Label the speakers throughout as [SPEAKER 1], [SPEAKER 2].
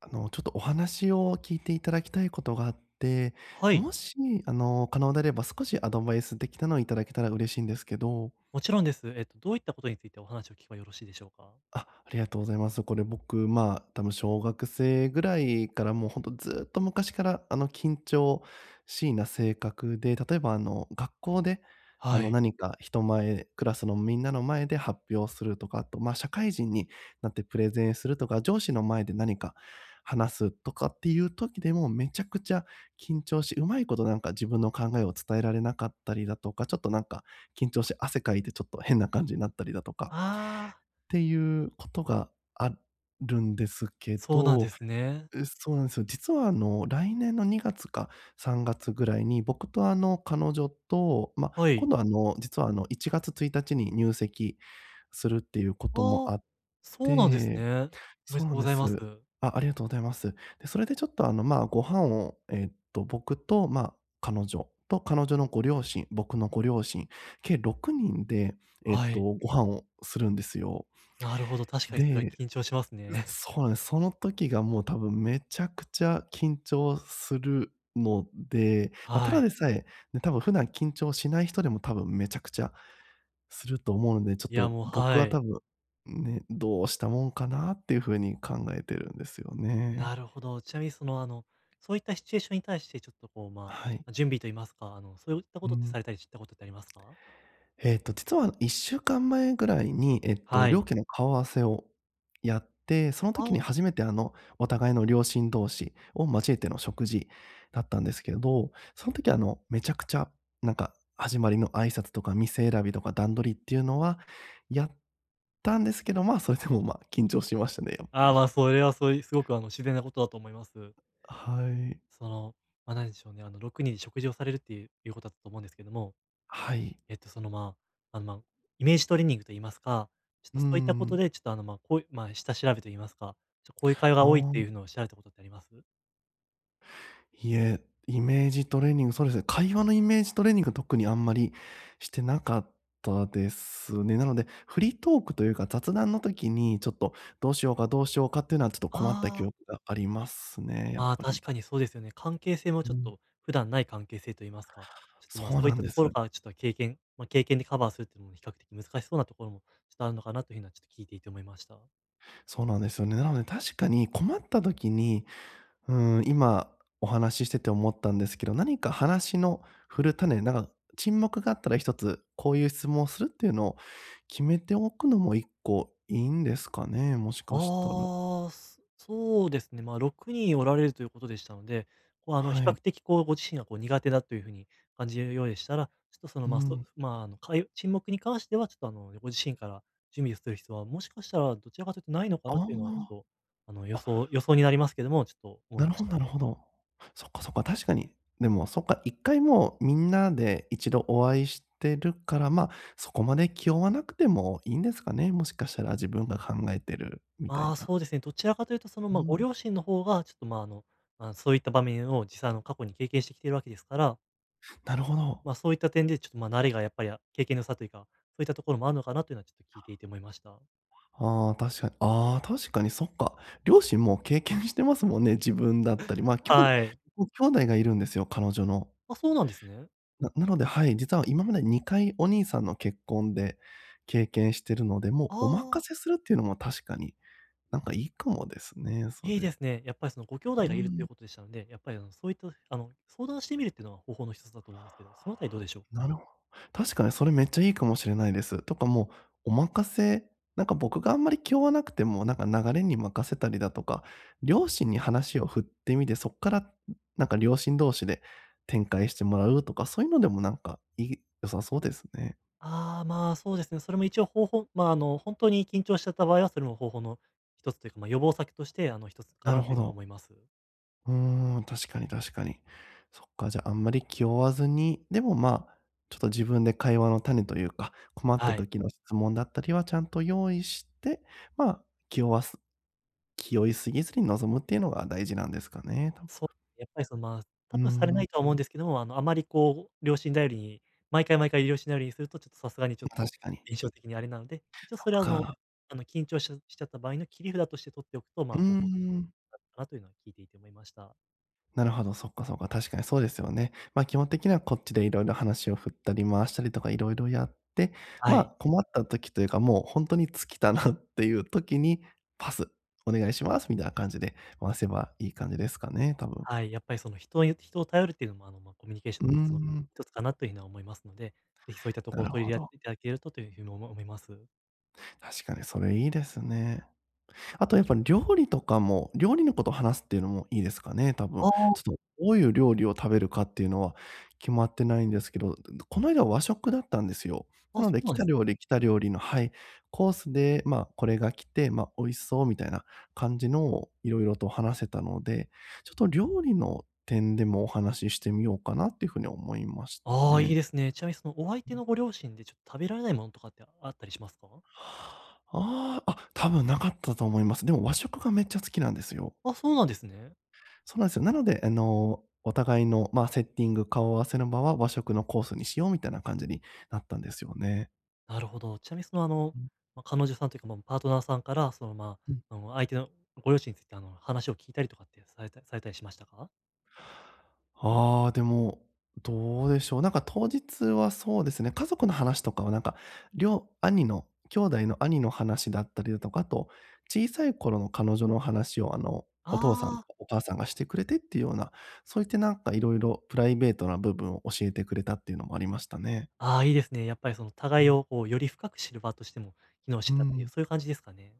[SPEAKER 1] ちょっとお話を聞いていただきたいことがあって、
[SPEAKER 2] はい、
[SPEAKER 1] もし、可能であれば少しアドバイスできたのをいただけたら嬉しいんですけど。
[SPEAKER 2] もちろんです。どういったことについてお話を聞けばよろしいでしょうか？
[SPEAKER 1] あ、ありがとうございます。これ僕、まあ、多分小学生ぐらいからもうほんとずっと昔から、緊張しいな性格で、例えば、学校で、
[SPEAKER 2] はい。
[SPEAKER 1] 何か人前、クラスのみんなの前で発表するとか、あと、まあ、社会人になってプレゼンするとか、上司の前で何か話すとかっていう時でもめちゃくちゃ緊張し、うまいことなんか自分の考えを伝えられなかったりだとか、ちょっとなんか緊張して汗かいてちょっと変な感じになったりだとか
[SPEAKER 2] ああ、
[SPEAKER 1] っていうことがあるんですけ
[SPEAKER 2] そうなん
[SPEAKER 1] ど、
[SPEAKER 2] ですね。
[SPEAKER 1] うそうなんですよ。実は来年の2月か3月ぐらいに、僕と彼女と、ま、
[SPEAKER 2] は
[SPEAKER 1] 今
[SPEAKER 2] い。
[SPEAKER 1] 度実は1月1日に入籍するっていうことも
[SPEAKER 2] ああ、
[SPEAKER 1] あっ
[SPEAKER 2] そうなんです
[SPEAKER 1] て、
[SPEAKER 2] ね。おめ
[SPEAKER 1] そう
[SPEAKER 2] で
[SPEAKER 1] な
[SPEAKER 2] とう
[SPEAKER 1] ん
[SPEAKER 2] ご
[SPEAKER 1] で
[SPEAKER 2] ざいます。
[SPEAKER 1] す。あ、ありがとうございます。で、それでちょっとまあ、ご飯を、僕と、まあ、彼女と彼女のご両親、僕のご両親、計6人で、
[SPEAKER 2] はい。
[SPEAKER 1] ご飯をするんですよ。
[SPEAKER 2] なるほど、確かにそれは
[SPEAKER 1] で、
[SPEAKER 2] 緊張しますね。
[SPEAKER 1] そ うなんです。その時がもう多分めちゃくちゃ緊張するので、まあ、た
[SPEAKER 2] は
[SPEAKER 1] だ
[SPEAKER 2] い。
[SPEAKER 1] でさえ、ね、多分普段緊張しない人でも多分めちゃくちゃすると思うので、ちょっ
[SPEAKER 2] いや、
[SPEAKER 1] と
[SPEAKER 2] もう
[SPEAKER 1] 僕
[SPEAKER 2] は
[SPEAKER 1] は多
[SPEAKER 2] い。
[SPEAKER 1] 分、ね、どうしたもんかなっていう風に考えてるんですよね。
[SPEAKER 2] なるほど。ちなみにそういったシチュエーションに対してちょっとこう、ま
[SPEAKER 1] はい。
[SPEAKER 2] あ、準備といいますか、あの、そういった
[SPEAKER 1] う
[SPEAKER 2] ことって
[SPEAKER 1] ん。
[SPEAKER 2] されたりしたことってありますか？
[SPEAKER 1] 実は1週間前ぐらいに、
[SPEAKER 2] は
[SPEAKER 1] 両
[SPEAKER 2] い。
[SPEAKER 1] 家の顔合わせをやって、その時に
[SPEAKER 2] ああ、
[SPEAKER 1] 初めて、お互いの両親同士を交えての食事だったんですけど、その時、めちゃくちゃ、なんか、始まりの挨拶とか店選びとか段取りっていうのはやったんですけど、まあ、それでも、まあ、緊張しましたね、やっぱ
[SPEAKER 2] ああ、ま
[SPEAKER 1] り。
[SPEAKER 2] あ、それはそういうすごく自然なことだと思います。
[SPEAKER 1] はい。
[SPEAKER 2] その、何でしょうね、あの、6人で食事をされるっていういうことだったと思うんですけども、
[SPEAKER 1] はい。
[SPEAKER 2] えっと、その、まあ、あの、まあ、イメージトレーニングと言いますか、ちょっ
[SPEAKER 1] うー
[SPEAKER 2] とそういったこと
[SPEAKER 1] ん。
[SPEAKER 2] で、ちょっと、あの、まあ、こういう、まあ、下調べと言いますか、こういう会話が
[SPEAKER 1] あ
[SPEAKER 2] 多いっ
[SPEAKER 1] あ。
[SPEAKER 2] ていうのを調べたことってあります？
[SPEAKER 1] いえ、イメージトレーニング、そうですね、会話のイメージトレーニング、特にあんまりしてなかったですね。なので、フリートークというか、雑談の時にちょっとどうしようかっていうのはちょっと困った記
[SPEAKER 2] ああ、
[SPEAKER 1] 憶がありますね、やっ
[SPEAKER 2] まあ、
[SPEAKER 1] ぱ
[SPEAKER 2] 確
[SPEAKER 1] り。
[SPEAKER 2] かにそうですよね。関係性も
[SPEAKER 1] う
[SPEAKER 2] ちょっ
[SPEAKER 1] ん。
[SPEAKER 2] と普段ない関係性と言いますか、ちょっと、ま、
[SPEAKER 1] そ
[SPEAKER 2] そ
[SPEAKER 1] う
[SPEAKER 2] うい
[SPEAKER 1] な
[SPEAKER 2] っ
[SPEAKER 1] ん
[SPEAKER 2] た
[SPEAKER 1] で
[SPEAKER 2] とこ
[SPEAKER 1] す。
[SPEAKER 2] ろからちょっと経験まあ、経験でカバーするっていうのも比較的難しそうなところもちょっとあるのかなという風はちょっと聞いていて思いました。
[SPEAKER 1] そうなんですよね。なので確かに困った時にうーん、今お話ししてて思ったんですけど、何か話の振る種、なんか沈黙があったら一つ、こういう質問をするっていうのを決めておくのも一個いいんですかね？もしかしたら。
[SPEAKER 2] ああ、そうですね、まあ、6人おられるということでしたので、比
[SPEAKER 1] は
[SPEAKER 2] 較
[SPEAKER 1] い。
[SPEAKER 2] 的、こう、ご自身が、こう、苦手だというふうに感じるようでしたら、ちょっと、その、
[SPEAKER 1] う
[SPEAKER 2] まあ、そ
[SPEAKER 1] ん。
[SPEAKER 2] まあ、あの、会沈黙に関しては、ちょっと、あの、ご自身から準備をする必要は、もしかしたらどちらかというとないのかなというのは、ち
[SPEAKER 1] あ
[SPEAKER 2] ょっと、あの、予
[SPEAKER 1] あ、あ、
[SPEAKER 2] 想予想になりますけども、ちょっと思
[SPEAKER 1] な
[SPEAKER 2] い
[SPEAKER 1] る
[SPEAKER 2] まし
[SPEAKER 1] ほど
[SPEAKER 2] た
[SPEAKER 1] なる
[SPEAKER 2] ね。
[SPEAKER 1] ほど。そっか、確かに。でも、そっか、一回もうみんなで一度お会いしてるから、まあ、そこまで気負わなくてもいいんですかね？もしかしたら自分が考えてるみた
[SPEAKER 2] ま
[SPEAKER 1] い
[SPEAKER 2] あ、
[SPEAKER 1] な。
[SPEAKER 2] そうですね、どちらかというと、
[SPEAKER 1] う
[SPEAKER 2] ご
[SPEAKER 1] ん、
[SPEAKER 2] 両親の方が、ちょっと、ま、ああの、まあ、そういった場面を実際、過去に経験してきているわけですから、
[SPEAKER 1] なるほど。
[SPEAKER 2] まあ、そういった点で、ちょっと、ま、慣れがやっぱり、経験の差というか、そういったところもあるのかなというのはちょっと聞いていて思いました。
[SPEAKER 1] ああ、確かに。ああ、確かにそっか。両親も経験してますもんね、自分だったり。まあ、兄弟
[SPEAKER 2] はい。
[SPEAKER 1] 僕兄弟がいるんですよ、彼女の。
[SPEAKER 2] あ、そうなんですね。
[SPEAKER 1] な、なので、はい、実は今まで2回お兄さんの結婚で経験してるので、
[SPEAKER 2] あ
[SPEAKER 1] もうお任
[SPEAKER 2] あ、
[SPEAKER 1] せするっていうのも確かに、なんかいいかもですね、そ
[SPEAKER 2] いいで
[SPEAKER 1] れ。
[SPEAKER 2] すね。やっぱりそのご兄
[SPEAKER 1] う
[SPEAKER 2] 弟がいるとい
[SPEAKER 1] ん。
[SPEAKER 2] うことでしたので、やっぱりそういった、相談してみるっていうのは方法の一つだと思うんですけど、そのあたりどうでしょうか？
[SPEAKER 1] なるほど、確かにそれめっちゃいいかもしれないです。とかもうお任せなんか僕があんまり気負わなくても、なんか流れに任せたりだとか、両親に話を振ってみて、そっからなんか両親同士で展開してもらうとか、そういうのでもなんかいい良さそうですね。
[SPEAKER 2] ああ、まあ、そうですね。それも一応方法まあ、あの、本当に緊張しちゃった場合は、それも方法の一つというか、ま、予防策として、一つか
[SPEAKER 1] なる
[SPEAKER 2] なと
[SPEAKER 1] ほ
[SPEAKER 2] いうのは
[SPEAKER 1] ど。
[SPEAKER 2] 思います。
[SPEAKER 1] うーん、確かに。そっか、じゃああんまり気負わずに、でもまあ、ちょっと自分で会話の種というか、困った
[SPEAKER 2] はい。
[SPEAKER 1] 時の質問だったりはちゃんと用意して、まあ、気負わす気負いすぎずに臨むっていうのが大事なんですかね、と。
[SPEAKER 2] そう、やっぱりその、まあ、
[SPEAKER 1] う
[SPEAKER 2] 多
[SPEAKER 1] ー
[SPEAKER 2] 分され
[SPEAKER 1] ん、
[SPEAKER 2] な
[SPEAKER 1] ま、
[SPEAKER 2] いとは思うんですけども、あの、あまりこう両親頼りに、毎回両親頼りにすると、ちょっとさすがにちょっ
[SPEAKER 1] 確
[SPEAKER 2] と
[SPEAKER 1] かに。
[SPEAKER 2] 印象的にあれなので、一応
[SPEAKER 1] そっ
[SPEAKER 2] それは
[SPEAKER 1] か。
[SPEAKER 2] 緊張しちゃった場合の切り札として取っておくと、
[SPEAKER 1] う
[SPEAKER 2] ま
[SPEAKER 1] ー
[SPEAKER 2] あ、方法として
[SPEAKER 1] ん。
[SPEAKER 2] あるかなというのは聞いていて思いました。
[SPEAKER 1] なるほど、そっか、確かにそうですよね。まあ、基本的にはこっちでいろいろ話を振ったり回したりとかいろいろやって、
[SPEAKER 2] は
[SPEAKER 1] まあ、
[SPEAKER 2] い。
[SPEAKER 1] 困った時というか、もう本当に尽きたなっていう時に、パス、お願いしますみたいな感じで回せばいい感じですかね、多分。
[SPEAKER 2] はい、やっぱりその人を頼るっていうのも、まあ、コミュニケーショ
[SPEAKER 1] う
[SPEAKER 2] ンの
[SPEAKER 1] ー
[SPEAKER 2] コツの
[SPEAKER 1] ん、
[SPEAKER 2] 一つかなというのには思いますので、ぜひそういったと
[SPEAKER 1] な
[SPEAKER 2] ころを
[SPEAKER 1] る
[SPEAKER 2] 取り
[SPEAKER 1] ほ
[SPEAKER 2] 入れ
[SPEAKER 1] ど。
[SPEAKER 2] ていただけるとというふうに思います。
[SPEAKER 1] 確かにそれいいですね。あとやっぱ料理とかも、料理のことを話すっていうのもいいですかね、多分。
[SPEAKER 2] ああ、
[SPEAKER 1] ちょっとどういう料理を食べるかっていうのは決まってないんですけど、この間和食だったんですよ。な
[SPEAKER 2] あ、そ
[SPEAKER 1] ので
[SPEAKER 2] う
[SPEAKER 1] 来
[SPEAKER 2] なんで
[SPEAKER 1] た
[SPEAKER 2] す
[SPEAKER 1] 料理来た料理の、はい、コースで、ま、これが来て、ま、美味しそうみたいな感じのをいろいろと話せたので、ちょっと料理の点でもお話ししてみようかなっていうふうに思いました
[SPEAKER 2] ああ、い
[SPEAKER 1] ね。
[SPEAKER 2] いですね。ちなみにそのお相手のご両親でちょっと食べられないものとかってあったりしますか？
[SPEAKER 1] ああ、あ、多分なかったと思います。でも和食がめっちゃ好きなんですよ。
[SPEAKER 2] あ、そうなんですね。
[SPEAKER 1] そうなんですよ。なので、お互いの、まあ、セッティング、顔合わせの場は和食のコースにしようみたいな感じになったんですよね。
[SPEAKER 2] なるほど。ちなみに
[SPEAKER 1] うん、
[SPEAKER 2] 彼女さんというか、まあ、パートナーさんから、
[SPEAKER 1] うん。
[SPEAKER 2] 相手のご両親について、話を聞いたりとかってされたりしましたか？
[SPEAKER 1] ああ、でも、どうでしょう。なんか当日はそうですね、家族の話とかはなんか、両、兄の兄弟の兄の話だったりだとか、あと、小さい頃の彼女の話を、お父さんと
[SPEAKER 2] あーあ
[SPEAKER 1] か
[SPEAKER 2] ー、
[SPEAKER 1] お母さんがしてくれてっていうような、そういったなんかいろいろプライベートな部分を教えてくれたっていうのもありましたね。
[SPEAKER 2] あいいですね。やっぱりその
[SPEAKER 1] う
[SPEAKER 2] 互い
[SPEAKER 1] ん、
[SPEAKER 2] をこうより深く知る場としても機能し
[SPEAKER 1] うー
[SPEAKER 2] てたっていう、
[SPEAKER 1] ん。
[SPEAKER 2] そういう感じですかね？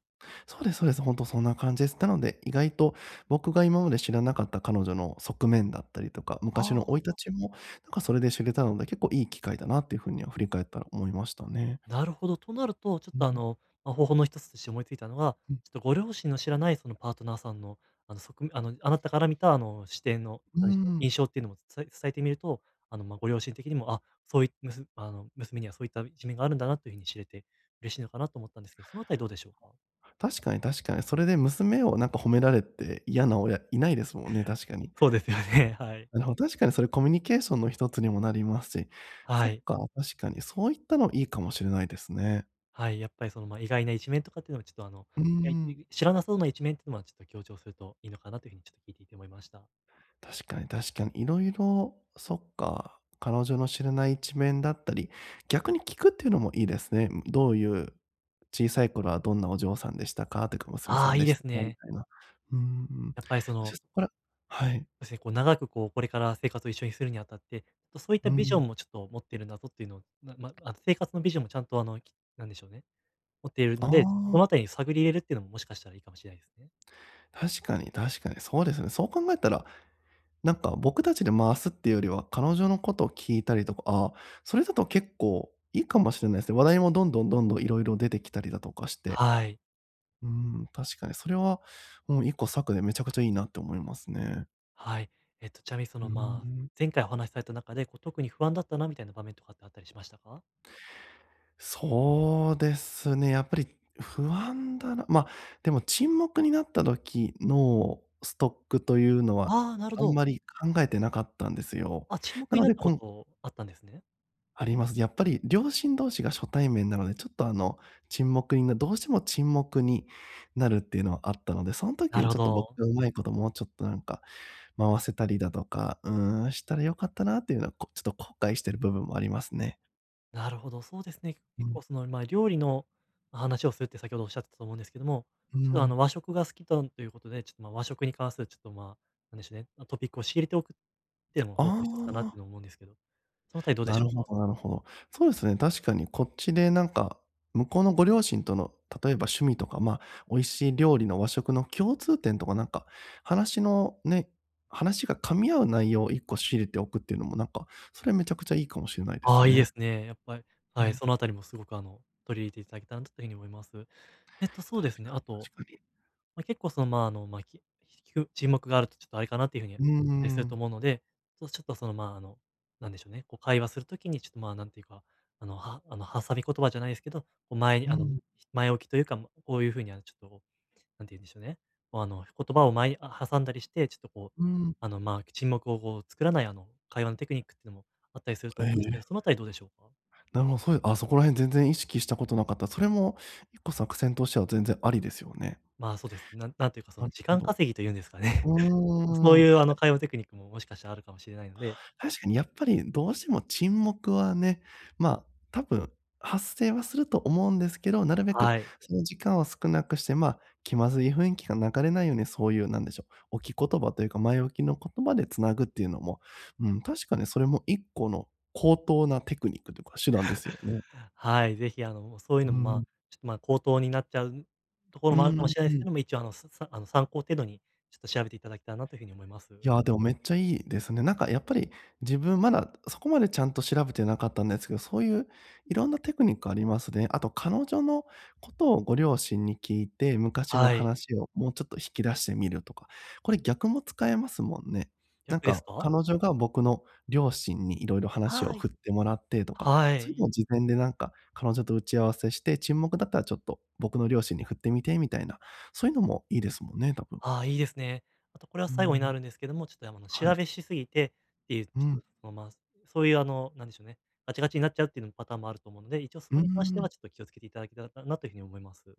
[SPEAKER 1] そうですそうです。本当そんな感じです。なので、意外と僕が今まで知らなかった彼女の側面だったりとか、昔の生い
[SPEAKER 2] あ
[SPEAKER 1] 立
[SPEAKER 2] あ。
[SPEAKER 1] ちも、なんかそれで知れたので、結構いい機会だなっていうふうには振り返ったら思いましたね。
[SPEAKER 2] なるほど。となると、ちょっ
[SPEAKER 1] う
[SPEAKER 2] とあ
[SPEAKER 1] ん、
[SPEAKER 2] の、まあ、方法の一つとして思いついたのが、
[SPEAKER 1] うん。
[SPEAKER 2] ちょっとご両親の知らないそのパートナーさんの、あの、側面あの、あなたから見た視点の、
[SPEAKER 1] う
[SPEAKER 2] 何でしょう、
[SPEAKER 1] ん。
[SPEAKER 2] 印象っていうのも伝えてみると、まあ、ご両親的にも、あ、そういむすあの、娘にはそういった一面があるんだなというふうに知れて嬉しいのかなと思ったんですけど、そのあたりどうでしょうか？
[SPEAKER 1] 確かに。それで娘をなんか褒められて嫌な親いないですもんね、確かに。
[SPEAKER 2] そうですよね、はい。
[SPEAKER 1] なるほど、確かにそれコミュニケーションの一つにもなりますし、
[SPEAKER 2] は
[SPEAKER 1] そっ
[SPEAKER 2] い。
[SPEAKER 1] か、確かにそういったのいいかもしれないですね。
[SPEAKER 2] はい、やっぱり意外な一面とかっていうのはちょっとあの、
[SPEAKER 1] うー
[SPEAKER 2] い
[SPEAKER 1] ん。
[SPEAKER 2] や知らなそうな一面っていうのはちょっと強調するといいのかなというふうにちょっと聞いていて思いました。
[SPEAKER 1] 確かに。いろいろ、そっか、彼女の知らない一面だったり、逆に聞くっていうのもいいですね。どういう、小さい頃はどんなお嬢さんでしたかとか、娘さ
[SPEAKER 2] あ
[SPEAKER 1] ん
[SPEAKER 2] あ、い
[SPEAKER 1] で
[SPEAKER 2] い
[SPEAKER 1] し
[SPEAKER 2] で
[SPEAKER 1] た
[SPEAKER 2] す
[SPEAKER 1] かみ
[SPEAKER 2] ね。
[SPEAKER 1] たいな。うーん。
[SPEAKER 2] やっぱりそ
[SPEAKER 1] 確かに
[SPEAKER 2] の
[SPEAKER 1] そこら、はい。
[SPEAKER 2] そうですね、こう長くこれから生活を一緒にするにあたって、ちょっとそういっ
[SPEAKER 1] う
[SPEAKER 2] たビジョ
[SPEAKER 1] ん。
[SPEAKER 2] ンもちょっと持ってるなどっていうのを、なま、あ生活のビジョンもちゃんとなんでしょうね、持っている
[SPEAKER 1] あ
[SPEAKER 2] ので、そ
[SPEAKER 1] あ、
[SPEAKER 2] のあたりに探り入れるっていうのももしかしたらいいかもしれないですね。
[SPEAKER 1] 確かに。そうですね。そう考えたら、なんか僕たちで回すっていうよりは、彼女のことを聞いたりとか、ああ、それだと結構いいかもしれないですね。話題もどんどんいろいろ出てきたりだとかして。
[SPEAKER 2] はい。
[SPEAKER 1] うーん、確かにそれは、もう一個策でめちゃくちゃいいなって思いますね。
[SPEAKER 2] はい。ちなみにそ
[SPEAKER 1] うー
[SPEAKER 2] の、まあ、
[SPEAKER 1] ん。
[SPEAKER 2] 前回お話しされた中で、こう特に不安だったなみたいな場面とかってあったりしましたか？
[SPEAKER 1] そうですね、やっぱり不安だな。ま、でも沈黙になった時のストックというのは、
[SPEAKER 2] ああー、なるほ
[SPEAKER 1] あん
[SPEAKER 2] ど。
[SPEAKER 1] まり考えてなかったんですよ。
[SPEAKER 2] あ、沈
[SPEAKER 1] な
[SPEAKER 2] 黙に
[SPEAKER 1] の
[SPEAKER 2] なっ
[SPEAKER 1] で、
[SPEAKER 2] た
[SPEAKER 1] こ
[SPEAKER 2] こ
[SPEAKER 1] ん、
[SPEAKER 2] とあったんですね。
[SPEAKER 1] あります。やっぱり両親同士が初対面なので、ちょっと沈黙になどうしても沈黙になるっていうのはあったので、そん時
[SPEAKER 2] な
[SPEAKER 1] に
[SPEAKER 2] るほ
[SPEAKER 1] ちょっと僕
[SPEAKER 2] ど。
[SPEAKER 1] がうまいこともうちょっとなんか回せたりだとか、したら良かったなっていうのは、ちょっと後悔してる部分もありますね。
[SPEAKER 2] なるほど、そうですね。
[SPEAKER 1] う
[SPEAKER 2] 結
[SPEAKER 1] ん、
[SPEAKER 2] 構その、まあ、料理の話をするって先ほどおっしゃってたと思うんですけども、
[SPEAKER 1] うー
[SPEAKER 2] ちょっとあ
[SPEAKER 1] ん。
[SPEAKER 2] の、和食が好きだということで、ちょっと、ま、和食に関するちょっと、まあ、なんでしょうね、トピックを仕入れておくっていうのも
[SPEAKER 1] あ
[SPEAKER 2] 方法の一つかなっていう
[SPEAKER 1] あ、
[SPEAKER 2] のを思うんですけど、そのあたりどうで
[SPEAKER 1] な
[SPEAKER 2] し
[SPEAKER 1] る
[SPEAKER 2] ょ
[SPEAKER 1] ほ
[SPEAKER 2] うか？
[SPEAKER 1] どなるほど。そうですね、確かにこっちでなんか、向こうのご両親との例えば趣味とか、まあ、美味しい料理の和食の共通点とかなんか、話のね、話が噛み合う内容を1個仕入れておくっていうのもなんか、それめちゃくちゃいいかもしれないで
[SPEAKER 2] あ
[SPEAKER 1] す
[SPEAKER 2] あ、いいで
[SPEAKER 1] ね。
[SPEAKER 2] すね。やっぱり、
[SPEAKER 1] う
[SPEAKER 2] はい、
[SPEAKER 1] ん、
[SPEAKER 2] そのあたりもすごく取り入れていただけたらなというふうに思います。そうです
[SPEAKER 1] 確
[SPEAKER 2] ね、
[SPEAKER 1] か
[SPEAKER 2] あ
[SPEAKER 1] に
[SPEAKER 2] と
[SPEAKER 1] 確かに。
[SPEAKER 2] まあ、結構聞く 沈黙があるとちょっとあれかなっていう風にあ
[SPEAKER 1] うー
[SPEAKER 2] ったりすると
[SPEAKER 1] ん、
[SPEAKER 2] 思うので、ちょっとちょっとその、まあ、あの、なんでしょうね、こう会話する時にちょっと、ま、あなんていうか、あの、はあの、挟み言葉じゃないですけど、こう前に
[SPEAKER 1] うん、
[SPEAKER 2] 前置きというか、こういう風にあの、ちょっとこうなんて言うんでしょうね、言葉を前に挟んだりして、ちょっとこう、
[SPEAKER 1] うん。
[SPEAKER 2] あの、まあ、沈黙をこう作らない会話のテクニックっていうのもあったりすると
[SPEAKER 1] え
[SPEAKER 2] 思うんですけど、
[SPEAKER 1] え。
[SPEAKER 2] そのあたりどうでしょうか？
[SPEAKER 1] なるほど、そういう、そこら辺全然意識したことなかった。それも一個作戦としては全然ありですよね。
[SPEAKER 2] まあ、そうです。なんていうかそ
[SPEAKER 1] な
[SPEAKER 2] の
[SPEAKER 1] る
[SPEAKER 2] 時
[SPEAKER 1] ほ
[SPEAKER 2] 間
[SPEAKER 1] ど。
[SPEAKER 2] 稼ぎというんですかね。そ
[SPEAKER 1] う
[SPEAKER 2] う
[SPEAKER 1] ーん。
[SPEAKER 2] いう会話テクニックももしかしたらあるかもしれないので、
[SPEAKER 1] 確かにやっぱりどうしても沈黙はね、ま、あ多分発生はすると思うんですけど、なるべく
[SPEAKER 2] はい。
[SPEAKER 1] その時間を少なくして、まあ、気まずい雰囲気が流れないように、そういうなんでしょう、置き言葉というか前置きの言葉でつなぐっていうのも、うん、確かにそれも一個の高等なテクニックというか手段ですよね。
[SPEAKER 2] はい、ぜひそういう
[SPEAKER 1] う
[SPEAKER 2] のも、ま
[SPEAKER 1] ん。
[SPEAKER 2] あ、ちょっと、まあ、口頭になっちゃうとこ
[SPEAKER 1] う
[SPEAKER 2] ろもあるかも
[SPEAKER 1] ん
[SPEAKER 2] しれないで
[SPEAKER 1] う
[SPEAKER 2] すけ
[SPEAKER 1] ん。
[SPEAKER 2] ども、一応あの、ささあの、参考程度にちょっと調べていただけたらなというふうに思います。
[SPEAKER 1] いや、でもめっちゃいいですね。なんかやっぱり自分まだそこまでちゃんと調べてなかったんですけど、そういういろんなテクニックありますね。あと彼女のことをご両親に聞いて、昔の
[SPEAKER 2] はい。
[SPEAKER 1] 話をもうちょっと引き出してみるとか、これ逆も使えますもんね。なん
[SPEAKER 2] 逆で
[SPEAKER 1] か
[SPEAKER 2] すか？
[SPEAKER 1] 彼女が僕の両親にいろいろ話を
[SPEAKER 2] はい。
[SPEAKER 1] 振ってもらってとか、
[SPEAKER 2] は
[SPEAKER 1] そういうの
[SPEAKER 2] い。
[SPEAKER 1] を事前でなんか彼女と打ち合わせして、沈黙だったらちょっと僕の両親に振ってみてみたいな、そういうのもいいですもんね、多分。
[SPEAKER 2] ああ、いいですね。あとこれは
[SPEAKER 1] う
[SPEAKER 2] 最後に
[SPEAKER 1] ん、
[SPEAKER 2] なるんですけども、ちょっと、あの、
[SPEAKER 1] は
[SPEAKER 2] 調
[SPEAKER 1] い。
[SPEAKER 2] べしすぎてっていう、ち
[SPEAKER 1] う
[SPEAKER 2] ょ
[SPEAKER 1] ん。
[SPEAKER 2] っと、その、まあ、そういうなんでしょうね、ガチガチになっちゃうっていうのもパターンあると思うので、一応そ
[SPEAKER 1] うー
[SPEAKER 2] こに関して
[SPEAKER 1] ん、
[SPEAKER 2] はちょっと気をつけていただけたらなというふうに思います。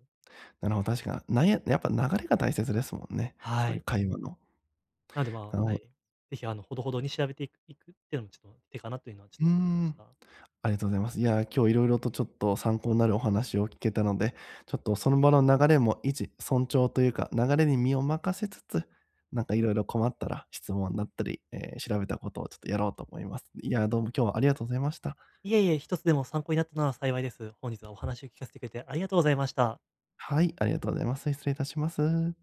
[SPEAKER 1] なるほど、確か、なんややっぱ流れが大切ですもんね。
[SPEAKER 2] は
[SPEAKER 1] そういう
[SPEAKER 2] い。
[SPEAKER 1] 会話の。
[SPEAKER 2] なので、ま
[SPEAKER 1] なるほ
[SPEAKER 2] あ、は
[SPEAKER 1] ど。
[SPEAKER 2] い。ぜひ、あの、ほどほどに調べていくっていうのもちょっと手かなというのはちょ
[SPEAKER 1] う
[SPEAKER 2] っ
[SPEAKER 1] ー
[SPEAKER 2] と思いまし
[SPEAKER 1] ん、
[SPEAKER 2] た。
[SPEAKER 1] ありがとうございます。いや、今日いろいろとちょっと参考になるお話を聞けたので、ちょっとその場の流れも維持、尊重というか、流れに身を任せつつ、なんかいろいろ困ったら質問だったり、調べたことをちょっとやろうと思います。いや、どうも今日はありがとうございました。
[SPEAKER 2] いえいえ、一つでも参考になったなら幸いです。本日はお話を聞かせてくれてありがとうございました。
[SPEAKER 1] はい、ありがとうございます。失礼いたします。